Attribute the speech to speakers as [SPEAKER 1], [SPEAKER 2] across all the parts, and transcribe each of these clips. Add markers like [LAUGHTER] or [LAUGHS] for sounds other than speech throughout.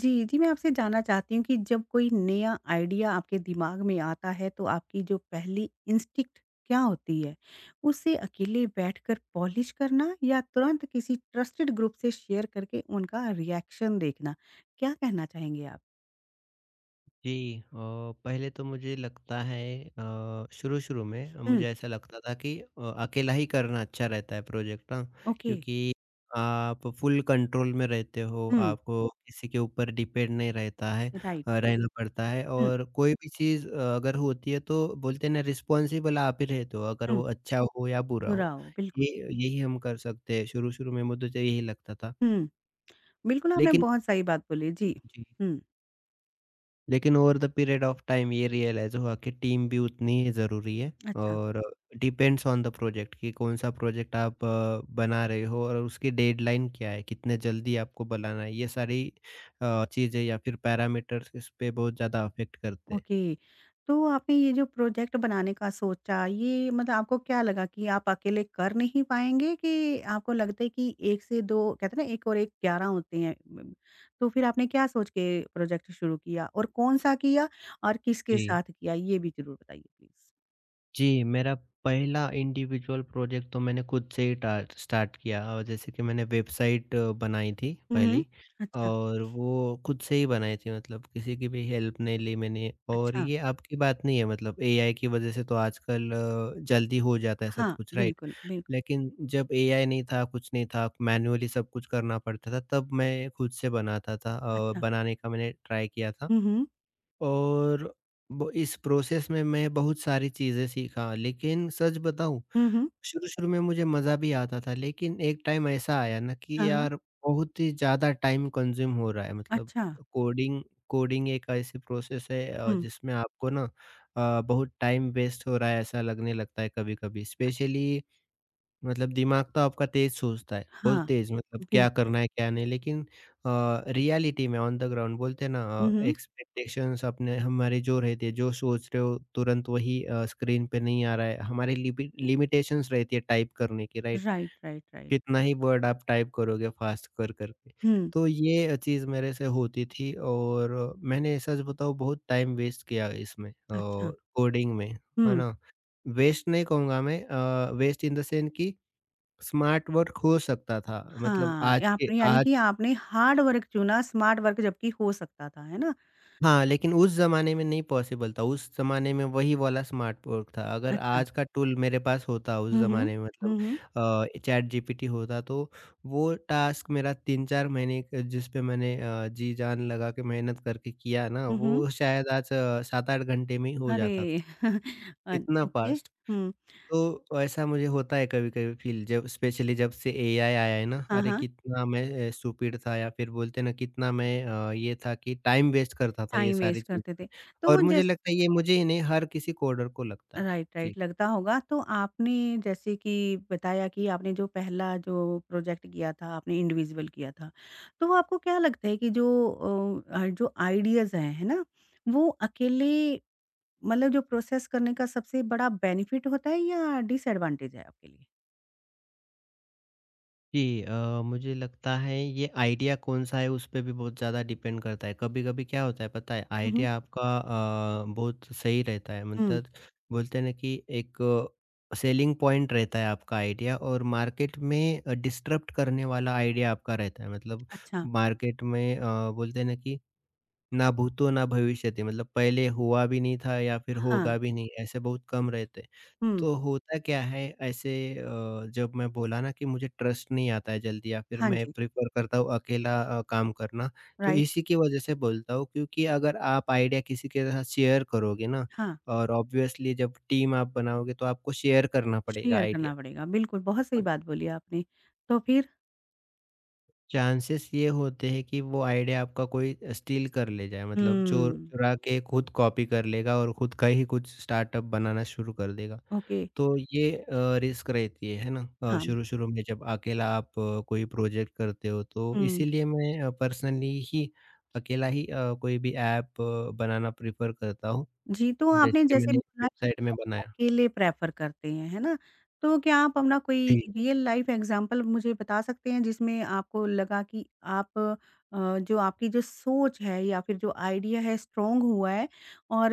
[SPEAKER 1] जी, जी, मैं आपसे जानना चाहती हूँ कि जब कोई नया आइडिया आपके दिमाग में आता है, तो आपकी जो पहली इंस्टिंक्ट क्या होती है? उसे अकेले बैठकर पॉलिश करना या तुरंत किसी ट्रस्टेड ग्रुप से शेयर करके उनका रिएक्शन देखना? क्या कहना चाहेंगे आप?
[SPEAKER 2] जी अ, पहले तो मुझे लगता है, शुरू-शुरू में
[SPEAKER 1] हुँ।
[SPEAKER 2] मुझे ऐसा लगता था कि अकेला ही करना अच्छा रहता है प्रोजेक्ट ना।
[SPEAKER 1] ओके।
[SPEAKER 2] क्योंकि आप फुल कंट्रोल में रहते हो,
[SPEAKER 1] हुँ।
[SPEAKER 2] आपको किसी के ऊपर डिपेंड नहीं रहता है,
[SPEAKER 1] राइट।
[SPEAKER 2] रहना पड़ता है।
[SPEAKER 1] हुँ,
[SPEAKER 2] और कोई भी चीज़ अगर होती है तो बोलते हैं ना, रिस्पॉन्सिबल आप ही रहते हो, अगर
[SPEAKER 1] हुँ,
[SPEAKER 2] वो अच्छा हो या बुरा हो।
[SPEAKER 1] दोहराओ, बिल्कुल।
[SPEAKER 2] ये यही हम कर सकते हैं, शुरू-शुरू में मुझे तो यही लगता था।
[SPEAKER 1] हुँ। बिल्कुल आपने
[SPEAKER 2] लेकिन
[SPEAKER 1] बहुत सही बात बोली। जी।
[SPEAKER 2] जी।
[SPEAKER 1] हुँ।
[SPEAKER 2] लेकिन over the period of time ये रियलाइज हुआ कि टीम भी उतनी ही ज़रूरी है।
[SPEAKER 1] अच्छा।
[SPEAKER 2] और डिपेंड्स ऑन द प्रोजेक्ट कि कौन-सा प्रोजेक्ट आप बना रहे हो और उसकी डेडलाइन क्या है, कितने जल्दी आपको बनाना है। ये सारी चीज़ें या फिर पैरामीटर्स इस पे बहुत ज़्यादा अफ़ेक्ट करते हैं।
[SPEAKER 1] ओके। तो आपने ये जो प्रोजेक्ट बनाने का सोचा ये मतलब आपको क्या लगा कि आप अकेले कर नहीं पाएँगे कि आपको लगता है कि 1 से 2 कहते हैं ना 1 और 1 11 होते हैं। तो फिर आपने क्या सोच के प्रोजेक्ट शुरू किया और कौन-सा किया और किसके
[SPEAKER 2] जी।
[SPEAKER 1] साथ किया? ये भी ज़रूर बताइए प्लीज़।
[SPEAKER 2] जी, मेरा पहला इंडिविजुअल प्रोजेक्ट तो मैंने खुद से ही टा स्टार्ट किया। और जैसे कि मैंने वेबसाइट बनाई थी
[SPEAKER 1] हुँ, हुँ।
[SPEAKER 2] पहली,
[SPEAKER 1] अच्छा,
[SPEAKER 2] और वो खुद से ही बनाई थी, मतलब किसी की भी हेल्प नहीं ली मैंने। और
[SPEAKER 1] अच्छा।
[SPEAKER 2] ये अब की बात नहीं है, मतलब एआई की वजह से तो आजकल जल्दी हो जाता है सब
[SPEAKER 1] हाँ,
[SPEAKER 2] कुछ, राइट।
[SPEAKER 1] बिल्कुल, बिल्कुल।
[SPEAKER 2] लेकिन जब एआई नहीं था, कुछ नहीं था, मैन्युअली सब कुछ करना पड़ता था, तब मैं खुद से बनाता था और
[SPEAKER 1] अच्छा।
[SPEAKER 2] बनाने का मैंने ट्राई किया था।
[SPEAKER 1] हुँ, हुँ।
[SPEAKER 2] और ब इस प्रोसेस में मैं बहुत सारी चीज़ें सीखा, लेकिन सच बताऊँ,
[SPEAKER 1] हुँ, हुँ।
[SPEAKER 2] शुरू-शुरू में मुझे मज़ा भी आता था, लेकिन एक टाइम ऐसा आया ना कि
[SPEAKER 1] हाँ, हाँ।
[SPEAKER 2] यार बहुत ही ज़्यादा टाइम कंज़्यूम हो रहा है। मतलब
[SPEAKER 1] अच्छा।
[SPEAKER 2] कोडिंग कोडिंग एक ऐसी प्रोसेस है
[SPEAKER 1] हुँ।
[SPEAKER 2] जिसमें आपको ना बहुत टाइम वेस्ट हो रहा है, ऐसा लगने लगता है कभी-कभी,
[SPEAKER 1] अ,
[SPEAKER 2] स्पेशली मतलब दिमाग तो आपका तेज सोचता है, बहुत
[SPEAKER 1] हाँ,
[SPEAKER 2] तेज, हुँ। मतलब
[SPEAKER 1] बिल।
[SPEAKER 2] क्या करना है, क्या नहीं। लेकिन अ, रियलिटी में ऑन द ग्राउंड बोलते हैं ना,
[SPEAKER 1] हुँ, हुँ।
[SPEAKER 2] एक्सपेक्टेशंस अपने हमारे जो रहते हैं, जो सोच रहे हो तुरंत वही स्क्रीन पे नहीं आ रहा है। हमारी लिपि लिमिटेशंस रहती है टाइप करने की, राइट?
[SPEAKER 1] Right, right, right.
[SPEAKER 2] कितना ही वर्ड आप टाइप करोगे फास्ट कर करके।
[SPEAKER 1] हुँ।
[SPEAKER 2] तो ये चीज़ मेरे से होती थी, और मैंने सच बताऊँ बहुत टाइम वेस्ट किया इसमें,
[SPEAKER 1] अच्छा।
[SPEAKER 2] कोडिंग में, है
[SPEAKER 1] हुँ।
[SPEAKER 2] ना? वेस्ट नहीं कहूँगा मैं, वेस्ट इन द सेंस कि स्मार्ट वर्क हो सकता था, मतलब
[SPEAKER 1] हाँ, ये
[SPEAKER 2] आज के
[SPEAKER 1] आपने यानी
[SPEAKER 2] आज।
[SPEAKER 1] कि आपने हार्ड वर्क चुना, स्मार्ट वर्क जबकि हो सकता था, है ना?
[SPEAKER 2] हाँ, लेकिन उस ज़माने में नहीं पॉसिबल था, उस ज़माने में वही वाला स्मार्ट वर्क था। अगर
[SPEAKER 1] अच्छा।
[SPEAKER 2] आज का टूल मेरे पास होता उस
[SPEAKER 1] हुँ, हुँ।
[SPEAKER 2] ज़माने में, मतलब
[SPEAKER 1] हुँ, हुँ।
[SPEAKER 2] चैटजीपीटी होता, तो वो टास्क मेरा 3-4 महीने क जिस पे मैंने जी जान लगा के मेहनत करके किया ना,
[SPEAKER 1] हुँ, हुँ।
[SPEAKER 2] वो शायद आज 7-8 घंटे में ही हो जाता था।
[SPEAKER 1] अरे! [LAUGHS] अ,
[SPEAKER 2] इतना
[SPEAKER 1] ओके।
[SPEAKER 2] फ़ास्ट।
[SPEAKER 1] हुँ।
[SPEAKER 2] तो ऐसा मुझे होता है कभी-कभी फ़ील, जब स्पेशली जब से एआई आया है ना,
[SPEAKER 1] हाँ,
[SPEAKER 2] अरे
[SPEAKER 1] हाँ।
[SPEAKER 2] कितना मैं स्टूपिड था, या फिर बोलते हैं ना कितना मैं ये था कि टाइम वेस्ट करता था ये
[SPEAKER 1] टाइम
[SPEAKER 2] सारी
[SPEAKER 1] वेस्ट
[SPEAKER 2] चीज़
[SPEAKER 1] करते
[SPEAKER 2] में।
[SPEAKER 1] थे। तो
[SPEAKER 2] और मुझे
[SPEAKER 1] जैस।
[SPEAKER 2] लगता है ये मुझे ही नहीं, हर किसी कोडर को लगता है।
[SPEAKER 1] राइट,
[SPEAKER 2] जी।
[SPEAKER 1] राइट लगता होगा तो आपने जैसे कि बताया कि आपने जो पहला जो प्रोजेक्ट किया था, आपने इंडिविजुअल किया था। तो आपको क्या लगता है कि जो जो आइडियाज़ हैं, है ना? वो अकेले मतलब जो प्रोसेस करने का सबसे बड़ा बेनिफिट होता है या डिसएडवांटेज है आपके लिए?
[SPEAKER 2] जी, मुझे लगता है ये आइडिया कौन-सा है उस पे भी बहुत ज़्यादा डिपेंड करता है। कभी-कभी क्या होता है पता है,
[SPEAKER 1] हुँ, हुँ।
[SPEAKER 2] आइडिया आपका बहुत सही रहता है,
[SPEAKER 1] हुँ।
[SPEAKER 2] मतलब बोलते हैं ना कि एक सेलिंग पॉइंट रहता है आपका आइडिया, और मार्केट में डिस्टरप्ट करने वाला आइडिया आपका रहता है। मतलब
[SPEAKER 1] अच्छा।
[SPEAKER 2] मार्केट में बोलते हैं ना कि ना भूतो ना भविष्यति, मतलब पहले हुआ भी नहीं था या फिर
[SPEAKER 1] हाँ।
[SPEAKER 2] होगा भी नहीं, ऐसे बहुत कम रहते हैं।
[SPEAKER 1] हुँ।
[SPEAKER 2] तो होता क्या है ऐसे, जब मैं बोला ना कि मुझे ट्रस्ट नहीं आता है जल्दी, या फिर
[SPEAKER 1] हाँ
[SPEAKER 2] मैं
[SPEAKER 1] जी।
[SPEAKER 2] प्रेफ़र करता हूँ अकेला काम करना, तो
[SPEAKER 1] राइट।
[SPEAKER 2] इसी की वजह से बोलता हूँ। क्योंकि अगर आप आइडिया किसी के साथ शेयर करोगे ना,
[SPEAKER 1] हाँ।
[SPEAKER 2] और ऑब्वियसली जब टीम आप बनाओगे तो आपको शेयर करना पड़ेगा
[SPEAKER 1] शेयर
[SPEAKER 2] आइडिया,
[SPEAKER 1] करना पड़ेगा। बिल्कुल, बहुत सही
[SPEAKER 2] और
[SPEAKER 1] बात बोली आपने। तो फिर?
[SPEAKER 2] चांसेस ये होते हैं कि वो आइडिया आपका कोई स्टील कर ले जाए, मतलब चोर
[SPEAKER 1] हुँ।
[SPEAKER 2] चुरा के खुद कॉपी कर लेगा और खुद का ही कुछ स्टार्टअप बनाना शुरू कर देगा।
[SPEAKER 1] ओके।
[SPEAKER 2] तो ये रिस्क रहती है ना?
[SPEAKER 1] हाँ।
[SPEAKER 2] शुरू-शुरू में जब अकेला आप कोई प्रोजेक्ट करते हो, तो
[SPEAKER 1] हुँ।
[SPEAKER 2] इसीलिए मैं पर्सनली ही अकेला ही कोई भी ऐप बनाना प्रेफ़र करता हूँ,
[SPEAKER 1] जी, तो
[SPEAKER 2] जैसे
[SPEAKER 1] आपने
[SPEAKER 2] कि
[SPEAKER 1] जैसे
[SPEAKER 2] मैंने
[SPEAKER 1] बोला कि
[SPEAKER 2] वेबसाइट में
[SPEAKER 1] आप
[SPEAKER 2] बनाया।
[SPEAKER 1] अकेले प्रेफ़र करते हैं, है ना? तो क्या आप अपना कोई रियल लाइफ़ एग्ज़ाम्पल मुझे बता सकते हैं जिसमें आपको लगा कि आप जो आपकी जो सोच है या फिर जो आइडिया है स्ट्रॉन्ग हुआ है और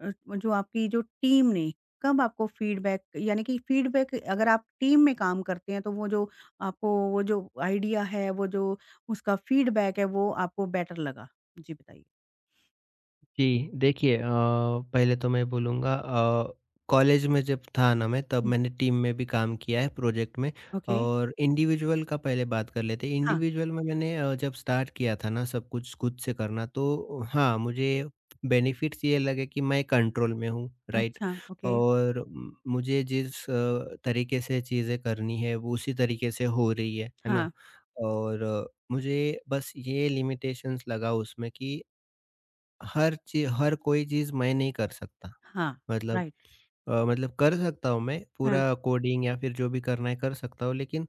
[SPEAKER 1] जो आपकी जो टीम ने कब आपको फ़ीडबैक यानी कि फ़ीडबैक अगर आप टीम में काम करते हैं तो वो जो आपको वो जो आइडिया है, वो जो उसका फ़ीडबैक है वो आपको बेटर लगा? जी बताइए।
[SPEAKER 2] जी, देखिए, पहले तो मैं बोलूँगा, कॉलेज में जब था ना मैं, तब
[SPEAKER 1] हुँ।
[SPEAKER 2] मैंने टीम में भी काम किया है प्रोजेक्ट में।
[SPEAKER 1] ओके।
[SPEAKER 2] और इंडिविजुअल का पहले बात कर लेते हैं।
[SPEAKER 1] हाँ।
[SPEAKER 2] इंडिविजुअल में मैंने, जब स्टार्ट किया था ना सब कुछ खुद से करना, तो हाँ, मुझे बेनिफिट्स ये लगे कि मैं कंट्रोल में हूँ, राइट?
[SPEAKER 1] अच्छा, ओके।
[SPEAKER 2] और म मुझे जिस तरीके से चीज़ें करनी है वो उसी तरीके से हो रही है ना?
[SPEAKER 1] हाँ,
[SPEAKER 2] और मुझे बस ये लिमिटेशंस लगा उसमें कि हर कोई चीज़ मैं नहीं कर सकता।
[SPEAKER 1] हाँ,
[SPEAKER 2] मतलब
[SPEAKER 1] राइट।
[SPEAKER 2] मतलब कर सकता हूँ मैं,
[SPEAKER 1] हाँ।
[SPEAKER 2] पूरा कोडिंग या फिर जो भी करना है कर सकता हूँ, लेकिन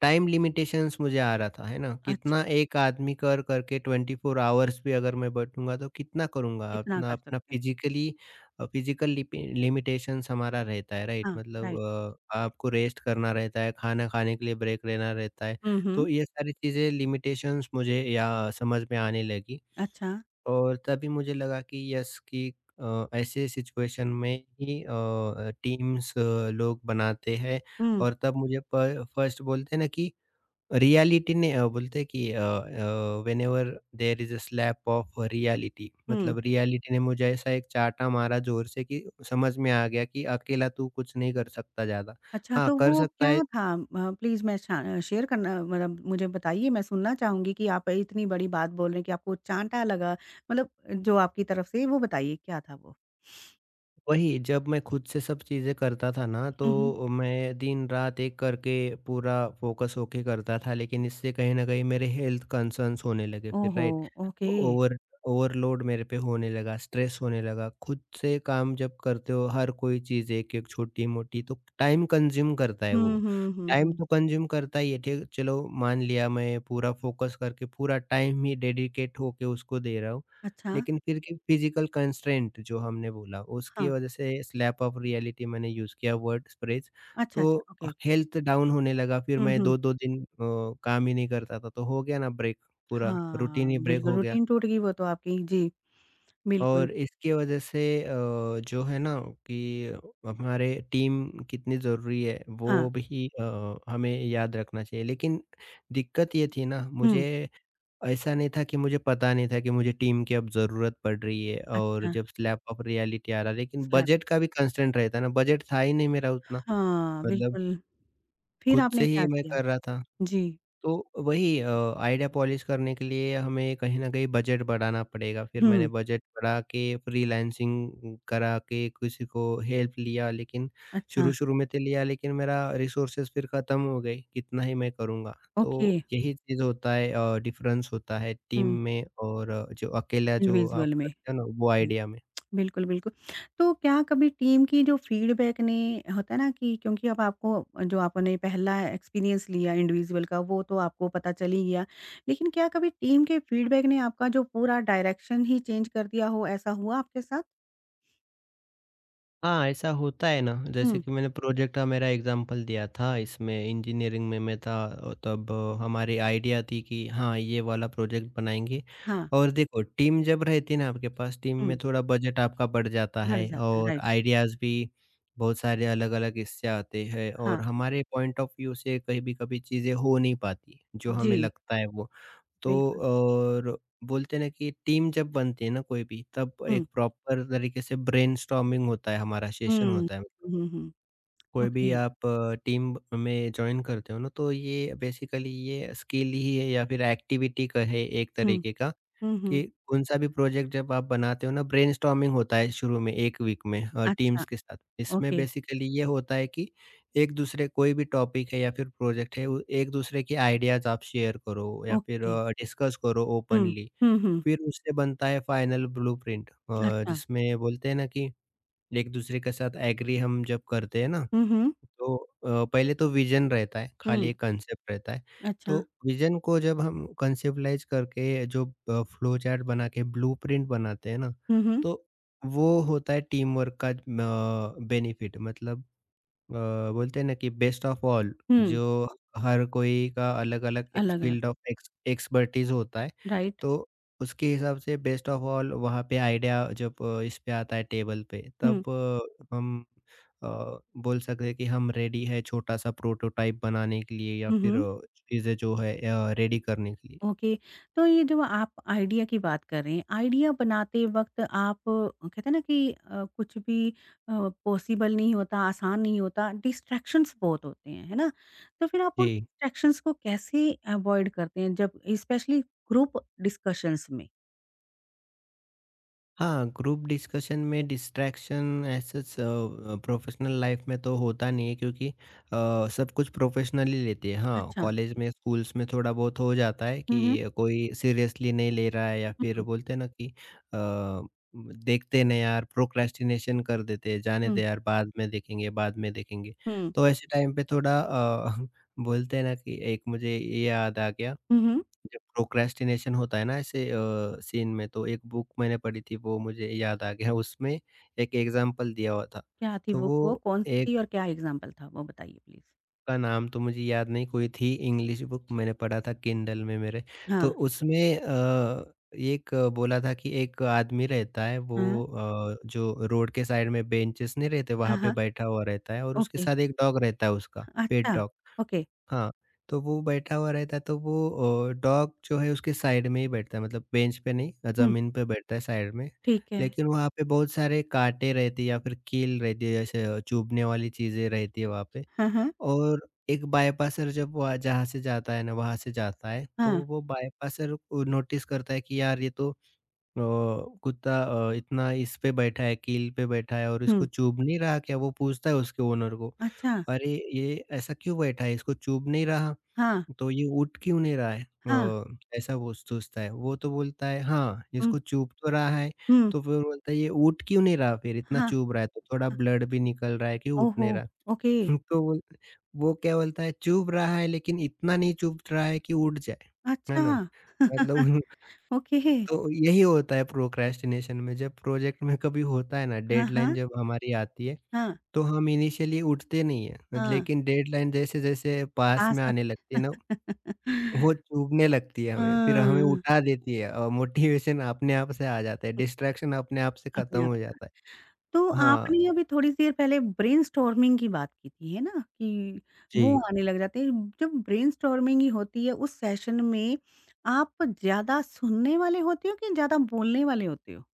[SPEAKER 2] टाइम लिमिटेशंस मुझे आ रहा था, है ना? कितना
[SPEAKER 1] अच्छा,
[SPEAKER 2] एक आदमी कर करके 24 आवर्स भी अगर मैं बैठूँगा तो कितना करूँगा?
[SPEAKER 1] इतना
[SPEAKER 2] अपना
[SPEAKER 1] कर
[SPEAKER 2] अपना
[SPEAKER 1] सकते हैं।
[SPEAKER 2] फिज़िकली, फिज़िकल लिपि लिमिटेशंस हमारा रहता है, राइट?
[SPEAKER 1] हाँ,
[SPEAKER 2] मतलब
[SPEAKER 1] राइट।
[SPEAKER 2] आपको रेस्ट करना रहता है, खाना खाने के लिए ब्रेक लेना रहता है।
[SPEAKER 1] हुँ, हुँ।
[SPEAKER 2] तो ये सारी चीज़ें लिमिटेशंस मुझे या समझ में आने लगी।
[SPEAKER 1] अच्छा।
[SPEAKER 2] और तभी मुझे लगा कि यस कि ऐसे सिचुएशन में ही टीम्स लोग बनाते हैं,
[SPEAKER 1] हुँ,
[SPEAKER 2] और तब मुझे प फर्स्ट बोलते हैं ना कि रियलिटी ने, बोलते हैं कि whenever there is a slap of reality,
[SPEAKER 1] हुँ।
[SPEAKER 2] मतलब रियलिटी ने मुझे ऐसा एक चाटा मारा ज़ोर से कि समझ में आ गया कि अकेला तू कुछ नहीं कर सकता ज़्यादा।
[SPEAKER 1] अच्छा,
[SPEAKER 2] हाँ,
[SPEAKER 1] तो
[SPEAKER 2] कर
[SPEAKER 1] वो
[SPEAKER 2] सकता
[SPEAKER 1] क्या
[SPEAKER 2] है।
[SPEAKER 1] था? प्लीज़ मैं शा शेयर करना मतलब मुझे बताइए, मैं सुनना चाहूँगी कि आप इतनी बड़ी बात बोल रहे हैं कि आपको चाँटा लगा, मतलब जो आपकी तरफ से, वो बताइए क्या था वो?
[SPEAKER 2] वही जब मैं खुद से सब चीज़ें करता था ना,
[SPEAKER 1] हुँ, हुँ।
[SPEAKER 2] तो मैं दिन-रात एक करके पूरा फ़ोकस होके करता था, लेकिन इससे कहीं न कहीं मेरे हेल्थ कंसर्न्स होने लगे फिर,
[SPEAKER 1] ओहो!
[SPEAKER 2] राइट?
[SPEAKER 1] ओके।
[SPEAKER 2] ओवर ओवरलोड मेरे पे होने लगा, स्ट्रेस होने लगा। खुद से काम जब करते हो हर कोई चीज़ एक-एक छोटी-मोटी, तो टाइम कंज़्यूम करता है
[SPEAKER 1] हुँ,
[SPEAKER 2] वो।
[SPEAKER 1] हुँ, हुँ,
[SPEAKER 2] टाइम
[SPEAKER 1] हुँ।
[SPEAKER 2] तो कंज़्यूम करता ही है, ठीक, चलो मान लिया मैं पूरा फ़ोकस करके पूरा टाइम ही डेडिकेट होके उसको दे रहा हूँ।
[SPEAKER 1] अच्छा।
[SPEAKER 2] लेकिन फिर कि फिज़िकल कंस्ट्रेंट जो हमने बोला, उसकी
[SPEAKER 1] हाँ।
[SPEAKER 2] वजह से स्लैप ऑफ रियलिटी मैंने यूज़ किया वर्ड फ्रेज़,
[SPEAKER 1] अच्छा, अच्छा,
[SPEAKER 2] तो
[SPEAKER 1] ओके, ओके।
[SPEAKER 2] हेल्थ डाउन होने लगा, फिर
[SPEAKER 1] हुँ,
[SPEAKER 2] मैं
[SPEAKER 1] हुँ।
[SPEAKER 2] 2-2 दिन काम ही नहीं करता था, तो हो गया ना ब्रेक पूरा, रूटीन
[SPEAKER 1] हाँ,
[SPEAKER 2] ही ब्रेक
[SPEAKER 1] बिल्कुल,
[SPEAKER 2] हो गया।
[SPEAKER 1] रूटीन टूट गई वो तो आपकी। जी, बिल्कुल।
[SPEAKER 2] और इसकी वजह से जो है ना कि हमारे टीम कितनी ज़रूरी है,
[SPEAKER 1] हाँ।
[SPEAKER 2] वो भी हमें याद रखना चाहिए। लेकिन दिक्कत ये थी ना,
[SPEAKER 1] हुँ।
[SPEAKER 2] मुझे ऐसा नहीं था कि मुझे पता नहीं था कि मुझे टीम की अब ज़रूरत पड़ रही है, और
[SPEAKER 1] अच्छा।
[SPEAKER 2] जब स्लैप ऑफ रियलिटी आ रहा, लेकिन
[SPEAKER 1] स्लैप।
[SPEAKER 2] बजट का भी कंस्ट्रेंट रहता है ना, बजट था ही नहीं मेरा उतना।
[SPEAKER 1] हाँ,
[SPEAKER 2] मतलब
[SPEAKER 1] बिल्कुल। फिर
[SPEAKER 2] खुद
[SPEAKER 1] आपने
[SPEAKER 2] से
[SPEAKER 1] क्या
[SPEAKER 2] ही मैं
[SPEAKER 1] किया?
[SPEAKER 2] कर रहा था।
[SPEAKER 1] जी।
[SPEAKER 2] तो वही आइडिया पॉलिश करने के लिए हमें कहीं न कहीं बजट बढ़ाना पड़ेगा। फिर मैंने
[SPEAKER 1] हुँ।
[SPEAKER 2] बजट बढ़ा के फ्रीलांसिंग करा के किसी को हेल्प लिया, लेकिन
[SPEAKER 1] अच्छा।
[SPEAKER 2] शुरू-शुरू में तो लिया, लेकिन मेरा रिसोर्सेज़ फिर ख़त्म हो गए, कितना ही मैं करूँगा।
[SPEAKER 1] ओके।
[SPEAKER 2] तो यही चीज़ होता है, डिफ़रेंस होता है टीम
[SPEAKER 1] हुँ।
[SPEAKER 2] में और जो अकेला जो
[SPEAKER 1] इंडिविजुअल
[SPEAKER 2] आप
[SPEAKER 1] में।
[SPEAKER 2] करते हो ना वो
[SPEAKER 1] जी,
[SPEAKER 2] आइडिया में।
[SPEAKER 1] बिल्कुल, बिल्कुल। तो क्या कभी टीम की जो फ़ीडबैक ने होता है ना कि क्योंकि अब आपको जो आपने पहला एक्सपीरियंस लिया इंडिविजुअल का वो तो आपको पता चल ही गया। लेकिन क्या कभी टीम के फ़ीडबैक ने आपका जो पूरा डायरेक्शन ही चेंज कर दिया हो, ऐसा हुआ आपके साथ?
[SPEAKER 2] हाँ, ऐसा होता है ना। जैसे
[SPEAKER 1] हुँ।
[SPEAKER 2] कि मैंने प्रोजेक्ट का मेरा एग्ज़ाम्पल दिया था, इसमें इंजीनियरिंग में मैं था, तब हमारी आइडिया थी कि हाँ, ये वाला प्रोजेक्ट बनाएँगे।
[SPEAKER 1] हाँ।
[SPEAKER 2] और देखो टीम जब रहती है ना आपके पास, टीम
[SPEAKER 1] हुँ।
[SPEAKER 2] में थोड़ा बजट आपका बढ़ जाता
[SPEAKER 1] बढ़
[SPEAKER 2] है
[SPEAKER 1] जाता है,
[SPEAKER 2] और
[SPEAKER 1] राइट।
[SPEAKER 2] आइडियाज़ भी बहुत सारे अलग-अलग इससे आते हैं,
[SPEAKER 1] हाँ,
[SPEAKER 2] और हमारे पॉइंट ऑफ व्यू से कहीं भी कभी चीज़ें हो नहीं पाती, जो हमें
[SPEAKER 1] जी,
[SPEAKER 2] लगता है वो। तो
[SPEAKER 1] बिल्कुल।
[SPEAKER 2] और बोलते हैं ना कि टीम जब बनती है ना कोई भी, तब
[SPEAKER 1] हुँ।
[SPEAKER 2] एक प्रॉपर तरीके से ब्रेनस्टॉर्मिंग होता है, हमारा सेशन
[SPEAKER 1] हुँ।
[SPEAKER 2] होता है, मतलब
[SPEAKER 1] हुँ, हुँ।
[SPEAKER 2] कोई भी
[SPEAKER 1] ओके।
[SPEAKER 2] आप टीम में ज्वाइन करते हो ना, तो ये बेसिकली ये स्किल ही है या फिर एक्टिविटी का है एक
[SPEAKER 1] हुँ।
[SPEAKER 2] तरीके का,
[SPEAKER 1] हुँ, हुँ।
[SPEAKER 2] कि कौन-सा भी प्रोजेक्ट जब आप बनाते हो ना ब्रेनस्टॉर्मिंग होता है शुरू में 1 वीक में,
[SPEAKER 1] अच्छा।
[SPEAKER 2] टीम्स के साथ। इसमें
[SPEAKER 1] ओके,
[SPEAKER 2] बेसिकली ये होता है कि एक-दूसरे कोई भी टॉपिक है या फिर प्रोजेक्ट है, उ एक-दूसरे के आइडियाज़ आप शेयर करो या फिर
[SPEAKER 1] ओके।
[SPEAKER 2] डिस्कस करो
[SPEAKER 1] हुँ।
[SPEAKER 2] ओपनली।
[SPEAKER 1] हुँ, हुँ।
[SPEAKER 2] फिर उससे बनता है फाइनल ब्लूप्रिंट,
[SPEAKER 1] अच्छा।
[SPEAKER 2] जिसमें बोलते हैं ना कि एक-दूसरे के साथ एग्री हम जब करते हैं ना,
[SPEAKER 1] हुँ, हुँ।
[SPEAKER 2] तो पहले तो विज़न रहता है, खाली
[SPEAKER 1] हुँ।
[SPEAKER 2] एक कंसेप्ट रहता है।
[SPEAKER 1] अच्छा।
[SPEAKER 2] तो विज़न को जब हम कॉन्सेप्टुअलाइज़ करके जो फ्लो चार्ट बना के ब्लूप्रिंट बनाते हैं ना,
[SPEAKER 1] हुँ, हुँ।
[SPEAKER 2] तो वो होता है टीम वर्क का बेनिफिट, मतलब अ, बोलते हैं ना कि बेस्ट ऑफ ऑल,
[SPEAKER 1] हुँ।
[SPEAKER 2] जो हर कोई का अलग-अलग एक्स
[SPEAKER 1] अलग-अलग,
[SPEAKER 2] फील्ड ऑफ एक्सपर्टीज़ होता है,
[SPEAKER 1] राइट।
[SPEAKER 2] तो उसके हिसाब से बेस्ट ऑफ ऑल वहाँ पे आइडिया जब इस पे आता है टेबल पे, तब
[SPEAKER 1] हुँ।
[SPEAKER 2] हम अ, बोल सकते हैं कि हम रेडी है छोटा-सा प्रोटोटाइप बनाने के लिए या
[SPEAKER 1] हुँ,
[SPEAKER 2] फिर
[SPEAKER 1] हुँ।
[SPEAKER 2] चीज़ें जो है रेडी करने के लिए।
[SPEAKER 1] ओके। तो ये जो आप आइडिया की बात कर रहे हैं, आइडिया बनाते वक़्त आप कहते हैं ना कि कुछ भी अ, पॉसिबल नहीं होता, आसान नहीं होता, डिस्ट्रैक्शंस बहुत होते हैं, है ना? तो फिर आप उन
[SPEAKER 2] जी।
[SPEAKER 1] डिस्ट्रैक्शंस को कैसे अवॉइड करते हैं जब स्पेशली ग्रुप डिस्कशंस में?
[SPEAKER 2] हाँ, ग्रुप डिस्कशन में डिस्ट्रैक्शन ऐसे प्रोफ़ेशनल लाइफ़ में तो होता नहीं है क्योंकि सब कुछ प्रोफ़ेशनली लेते हैं। हाँ,
[SPEAKER 1] अच्छा।
[SPEAKER 2] कॉलेज में, स्कूल्स में थोड़ा बहुत हो जाता है
[SPEAKER 1] हुँ, हुँ।
[SPEAKER 2] कि कोई सीरियसली नहीं ले रहा है या
[SPEAKER 1] हुँ,
[SPEAKER 2] फिर
[SPEAKER 1] हुँ,
[SPEAKER 2] बोलते हैं ना कि अ, देखते नहीं यार प्रोक्रेस्टिनेशन कर देते हैं, जाने
[SPEAKER 1] हुँ।
[SPEAKER 2] दे यार बाद में देखेंगे, बाद में देखेंगे। तो ऐसे टाइम पे थोड़ा [LAUGHS] बोलते हैं ना कि एक मुझे ये याद आ गया
[SPEAKER 1] हुँ, हुँ।
[SPEAKER 2] जब प्रोक्रेस्टिनेशन होता है ना ऐसे सीन में तो एक बुक मैंने पढ़ी थी वो मुझे याद आ गया उसमें एक एग्जाम्पल दिया हुआ था।
[SPEAKER 1] क्या थी
[SPEAKER 2] तो
[SPEAKER 1] बुक
[SPEAKER 2] वो
[SPEAKER 1] वो? कौन-सी
[SPEAKER 2] एक
[SPEAKER 1] थी और क्या एग्ज़ाम्पल था? वो बताइए प्लीज़।
[SPEAKER 2] का नाम तो मुझे याद नहीं कोई थी इंग्लिश बुक मैंने पढ़ा था किंडल में मेरे। तो
[SPEAKER 1] हाँ।
[SPEAKER 2] उसमें एक बोला था कि एक आदमी रहता है वो
[SPEAKER 1] हाँ।
[SPEAKER 2] जो रोड के साइड में बेंचेस नहीं रहते
[SPEAKER 1] हाँ,
[SPEAKER 2] वहाँ पे
[SPEAKER 1] हाँ।
[SPEAKER 2] बैठा हुआ रहता है और उसके
[SPEAKER 1] ओके।
[SPEAKER 2] साथ एक डॉग रहता है उसका पेट
[SPEAKER 1] अच्छा।
[SPEAKER 2] डॉग।
[SPEAKER 1] ओके।
[SPEAKER 2] हाँ, तो वो बैठा हुआ रहता है तो वो डॉग जो है उसके साइड में ही बैठता है मतलब बेंच पे नहीं
[SPEAKER 1] हुँ,
[SPEAKER 2] ज़मीन पे बैठता है साइड में।
[SPEAKER 1] ठीक है।
[SPEAKER 2] लेकिन वहाँ पे बहुत सारे काँटे रहते हैं या फिर कील रहती है जैसे चुभने वाली चीज़ें रहती है वहाँ पे
[SPEAKER 1] हाँ, हाँ।
[SPEAKER 2] और एक बायपासर जब वहाँ जहाँ से जाता है ना वहाँ से जाता है तो
[SPEAKER 1] हाँ।
[SPEAKER 2] वो बायपासर को नोटिस करता है कि यार ये तो अ, कुत्ता इतना इस पे बैठा है कील पे बैठा है और इसको
[SPEAKER 1] हुँ।
[SPEAKER 2] चुभ नहीं रहा क्या? वो पूछता है उसके ओनर को,
[SPEAKER 1] अच्छा।
[SPEAKER 2] "अरे! ये ऐसा क्यों बैठा है इसको चुभ नहीं रहा?"
[SPEAKER 1] हाँ।
[SPEAKER 2] तो ये उठ क्यों नहीं रहा है अ,
[SPEAKER 1] हाँ।
[SPEAKER 2] [LAUGHS] ऐसा वो सोचता है। वो तो बोलता है हाँ,
[SPEAKER 1] हुँ,
[SPEAKER 2] इसको चुभ तो रहा है,
[SPEAKER 1] हुँ।
[SPEAKER 2] तो फिर बोलता है ये उठ क्यों नहीं रहा फिर इतना
[SPEAKER 1] हाँ,
[SPEAKER 2] चुभ रहा है तो थोड़ा
[SPEAKER 1] हाँ।
[SPEAKER 2] ब्लड भी निकल रहा है कि उठ
[SPEAKER 1] ओहो!
[SPEAKER 2] नहीं रहा।
[SPEAKER 1] ओके।
[SPEAKER 2] [LAUGHS] तो वो क्या बोलता है चुभ रहा है लेकिन इतना नहीं चुभ रहा है कि उठ जाए, है
[SPEAKER 1] अच्छा।
[SPEAKER 2] ना? मतलब [LAUGHS]
[SPEAKER 1] ओके।
[SPEAKER 2] तो यही होता है प्रोक्रेस्टिनेशन में जब प्रोजेक्ट में कभी होता है ना
[SPEAKER 1] हाँ,
[SPEAKER 2] डेडलाइन
[SPEAKER 1] हाँ।
[SPEAKER 2] जब हमारी आती है,
[SPEAKER 1] हाँ,
[SPEAKER 2] तो हम इनिशियली उठते नहीं हैं।
[SPEAKER 1] हाँ।
[SPEAKER 2] लेकिन डेडलाइन जैसे-जैसे पास
[SPEAKER 1] पास
[SPEAKER 2] में आने लगती
[SPEAKER 1] आता
[SPEAKER 2] है ना
[SPEAKER 1] [LAUGHS]
[SPEAKER 2] वो चुभने लगती है हमें, फिर हमें
[SPEAKER 1] हाँ।
[SPEAKER 2] उठा देती है और मोटिवेशन अपने आप से आ जाता है, डिस्ट्रैक्शन अपने आप से
[SPEAKER 1] अपने
[SPEAKER 2] खत्म
[SPEAKER 1] आप
[SPEAKER 2] हो
[SPEAKER 1] से।
[SPEAKER 2] जाता है।
[SPEAKER 1] तो
[SPEAKER 2] हाँ,
[SPEAKER 1] आपने अभी थोड़ी सी देर पहले ब्रेनस्टॉर्मिंग की बात की थी, है ना? कि वो
[SPEAKER 2] जी।
[SPEAKER 1] आने लग जाते हैं। जब ब्रेनस्टॉर्मिंग ही होती है उस सेशन में आप ज़्यादा सुनने वाले होते हो कि ज़्यादा बोलने वाले होते हो?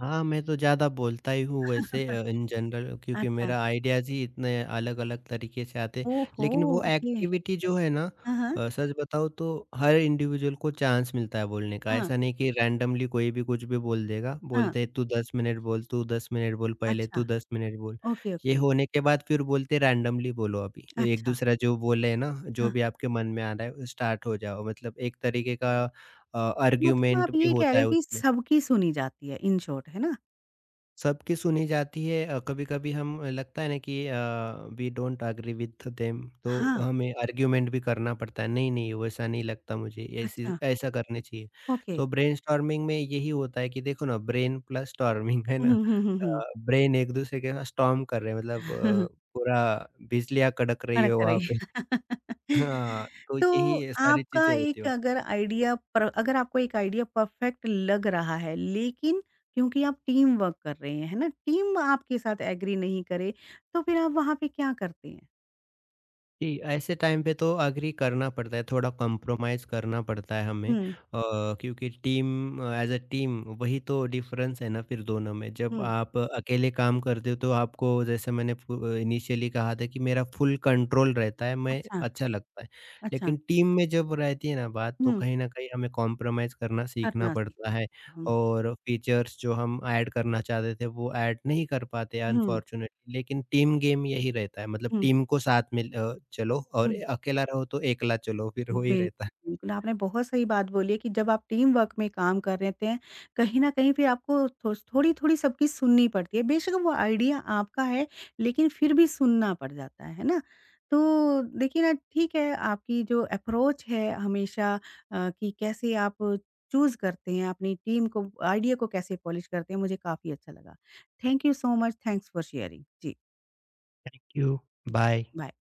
[SPEAKER 2] हाँ, मैं तो ज़्यादा बोलता ही हूँ वैसे
[SPEAKER 1] [LAUGHS]
[SPEAKER 2] इन जनरल क्योंकि
[SPEAKER 1] अच्छा।
[SPEAKER 2] मेरा आइडियाज़ ही इतने अलग-अलग तरीके से आते हैं।
[SPEAKER 1] ओहो!
[SPEAKER 2] लेकिन वो
[SPEAKER 1] ओके।
[SPEAKER 2] एक्टिविटी जो है ना
[SPEAKER 1] हाँ, हाँ।
[SPEAKER 2] सच बताऊँ तो हर इंडिविजुअल को चांस मिलता है बोलने का।
[SPEAKER 1] हाँ,
[SPEAKER 2] ऐसा नहीं कि रैंडमली कोई भी कुछ भी बोल देगा।
[SPEAKER 1] हाँ।
[SPEAKER 2] बोलते हैं, "तू 10 मिनट बोल, तू 10 मिनट बोल पहले,
[SPEAKER 1] अच्छा।
[SPEAKER 2] तू 10 मिनट बोल।"
[SPEAKER 1] ओके,
[SPEAKER 2] ये
[SPEAKER 1] ओके।
[SPEAKER 2] होने के बाद फिर बोलते हैं, "रैंडमली बोलो अभी।"
[SPEAKER 1] अच्छा।
[SPEAKER 2] एक-दूसरा जो बोले है ना, जो
[SPEAKER 1] हाँ,
[SPEAKER 2] भी आपके मन में आ रहा है, स्टार्ट हो जाओ। मतलब एक तरीके का
[SPEAKER 1] मतलब आप
[SPEAKER 2] आर्गुमेंट भी
[SPEAKER 1] ये कह
[SPEAKER 2] होता
[SPEAKER 1] रहे
[SPEAKER 2] है
[SPEAKER 1] हो कि
[SPEAKER 2] उसमें।
[SPEAKER 1] सबकी सुनी जाती है इन शॉर्ट, है ना?
[SPEAKER 2] सबकी सुनी जाती है कभी कभी हम लगता है ना कि we don't agree with them तो
[SPEAKER 1] हाँ।
[SPEAKER 2] हमें आर्ग्यूमेंट भी करना पड़ता है नहीं नहीं वैसा नहीं लगता मुझे ऐसी
[SPEAKER 1] अच्छा।
[SPEAKER 2] ऐसा करने चाहिए
[SPEAKER 1] ओके।
[SPEAKER 2] तो ब्रेनस्टॉर्मिंग में यही होता है कि देखो ना ब्रेन प्लस स्टॉर्मिंग [LAUGHS] है
[SPEAKER 1] हुँ,
[SPEAKER 2] ना
[SPEAKER 1] हुँ, हुँ,
[SPEAKER 2] ब्रेन एक दूसरे के साथ स्टॉर्म कर रहे हैं मतलब
[SPEAKER 1] हुँ।
[SPEAKER 2] पूरा बिजलियां कड़क रही है
[SPEAKER 1] अड़क
[SPEAKER 2] वहां पे
[SPEAKER 1] रही। [LAUGHS]
[SPEAKER 2] हाँ तो
[SPEAKER 1] तो
[SPEAKER 2] यही सारी
[SPEAKER 1] आपका
[SPEAKER 2] चीजें होती
[SPEAKER 1] एक
[SPEAKER 2] है
[SPEAKER 1] अगर आइडिया पर अगर आपको एक आइडिया परफेक्ट लग रहा है, लेकिन क्योंकि आप टीम वर्क कर रहे हैं, है ना? टीम आपके साथ एग्री नहीं करे, तो फिर आप वहाँ पे क्या करते हैं?
[SPEAKER 2] जी, ऐसे टाइम पे तो एग्री करना पड़ता है, थोड़ा कॉम्प्रोमाइज़ करना पड़ता है हमें
[SPEAKER 1] हुँ,
[SPEAKER 2] क्योंकि टीम एज़ अ टीम वही तो डिफ़रेंस है ना फिर दोनों में। जब
[SPEAKER 1] हुँ।
[SPEAKER 2] आप अकेले काम करते हो तो आपको जैसे मैंने इनिशियली कहा था कि मेरा फुल कंट्रोल रहता है, मैं
[SPEAKER 1] अच्छा,
[SPEAKER 2] अच्छा लगता है।
[SPEAKER 1] अच्छा।
[SPEAKER 2] लेकिन टीम में जब रहती है ना बात तो
[SPEAKER 1] हुँ,
[SPEAKER 2] कहीं न कहीं हमें कॉम्प्रोमाइज़ करना सीखना
[SPEAKER 1] करना
[SPEAKER 2] पड़ता
[SPEAKER 1] सीखना
[SPEAKER 2] है।
[SPEAKER 1] पड़ता है। हुँ,
[SPEAKER 2] और फीचर्स जो हम ऐड करना चाहते थे वो ऐड नहीं कर पाते
[SPEAKER 1] हुँ,
[SPEAKER 2] अनफॉर्चूनेटली लेकिन टीम गेम यही रहता है मतलब
[SPEAKER 1] हुँ,
[SPEAKER 2] टीम को साथ में चलो और
[SPEAKER 1] हुँ।
[SPEAKER 2] अकेला रहो तो एकला चलो फिर वही
[SPEAKER 1] बिल्कुल,
[SPEAKER 2] रहता है।
[SPEAKER 1] बिल्कुल, आपने बहुत सही बात बोली है कि जब आप टीम वर्क में काम कर रहे हैं, कहीं न कहीं फिर आपको थो थोड़ी-थोड़ी सबकी सुननी पड़ती है। बेशक वो आइडिया आपका है, लेकिन फिर भी सुनना पड़ जाता है ना? तो देखिए ना, ठीक है, आपकी जो अप्रोच है हमेशा कि कैसे आप चूज़ करते हैं अपनी टीम को, आइडिया को कैसे पॉलिश करते हैं, मुझे काफ़ी अच्छा लगा। Thank you so much, thanks for sharing. जी,
[SPEAKER 2] थैंक यू
[SPEAKER 1] जी,
[SPEAKER 2] बाय
[SPEAKER 1] बाय।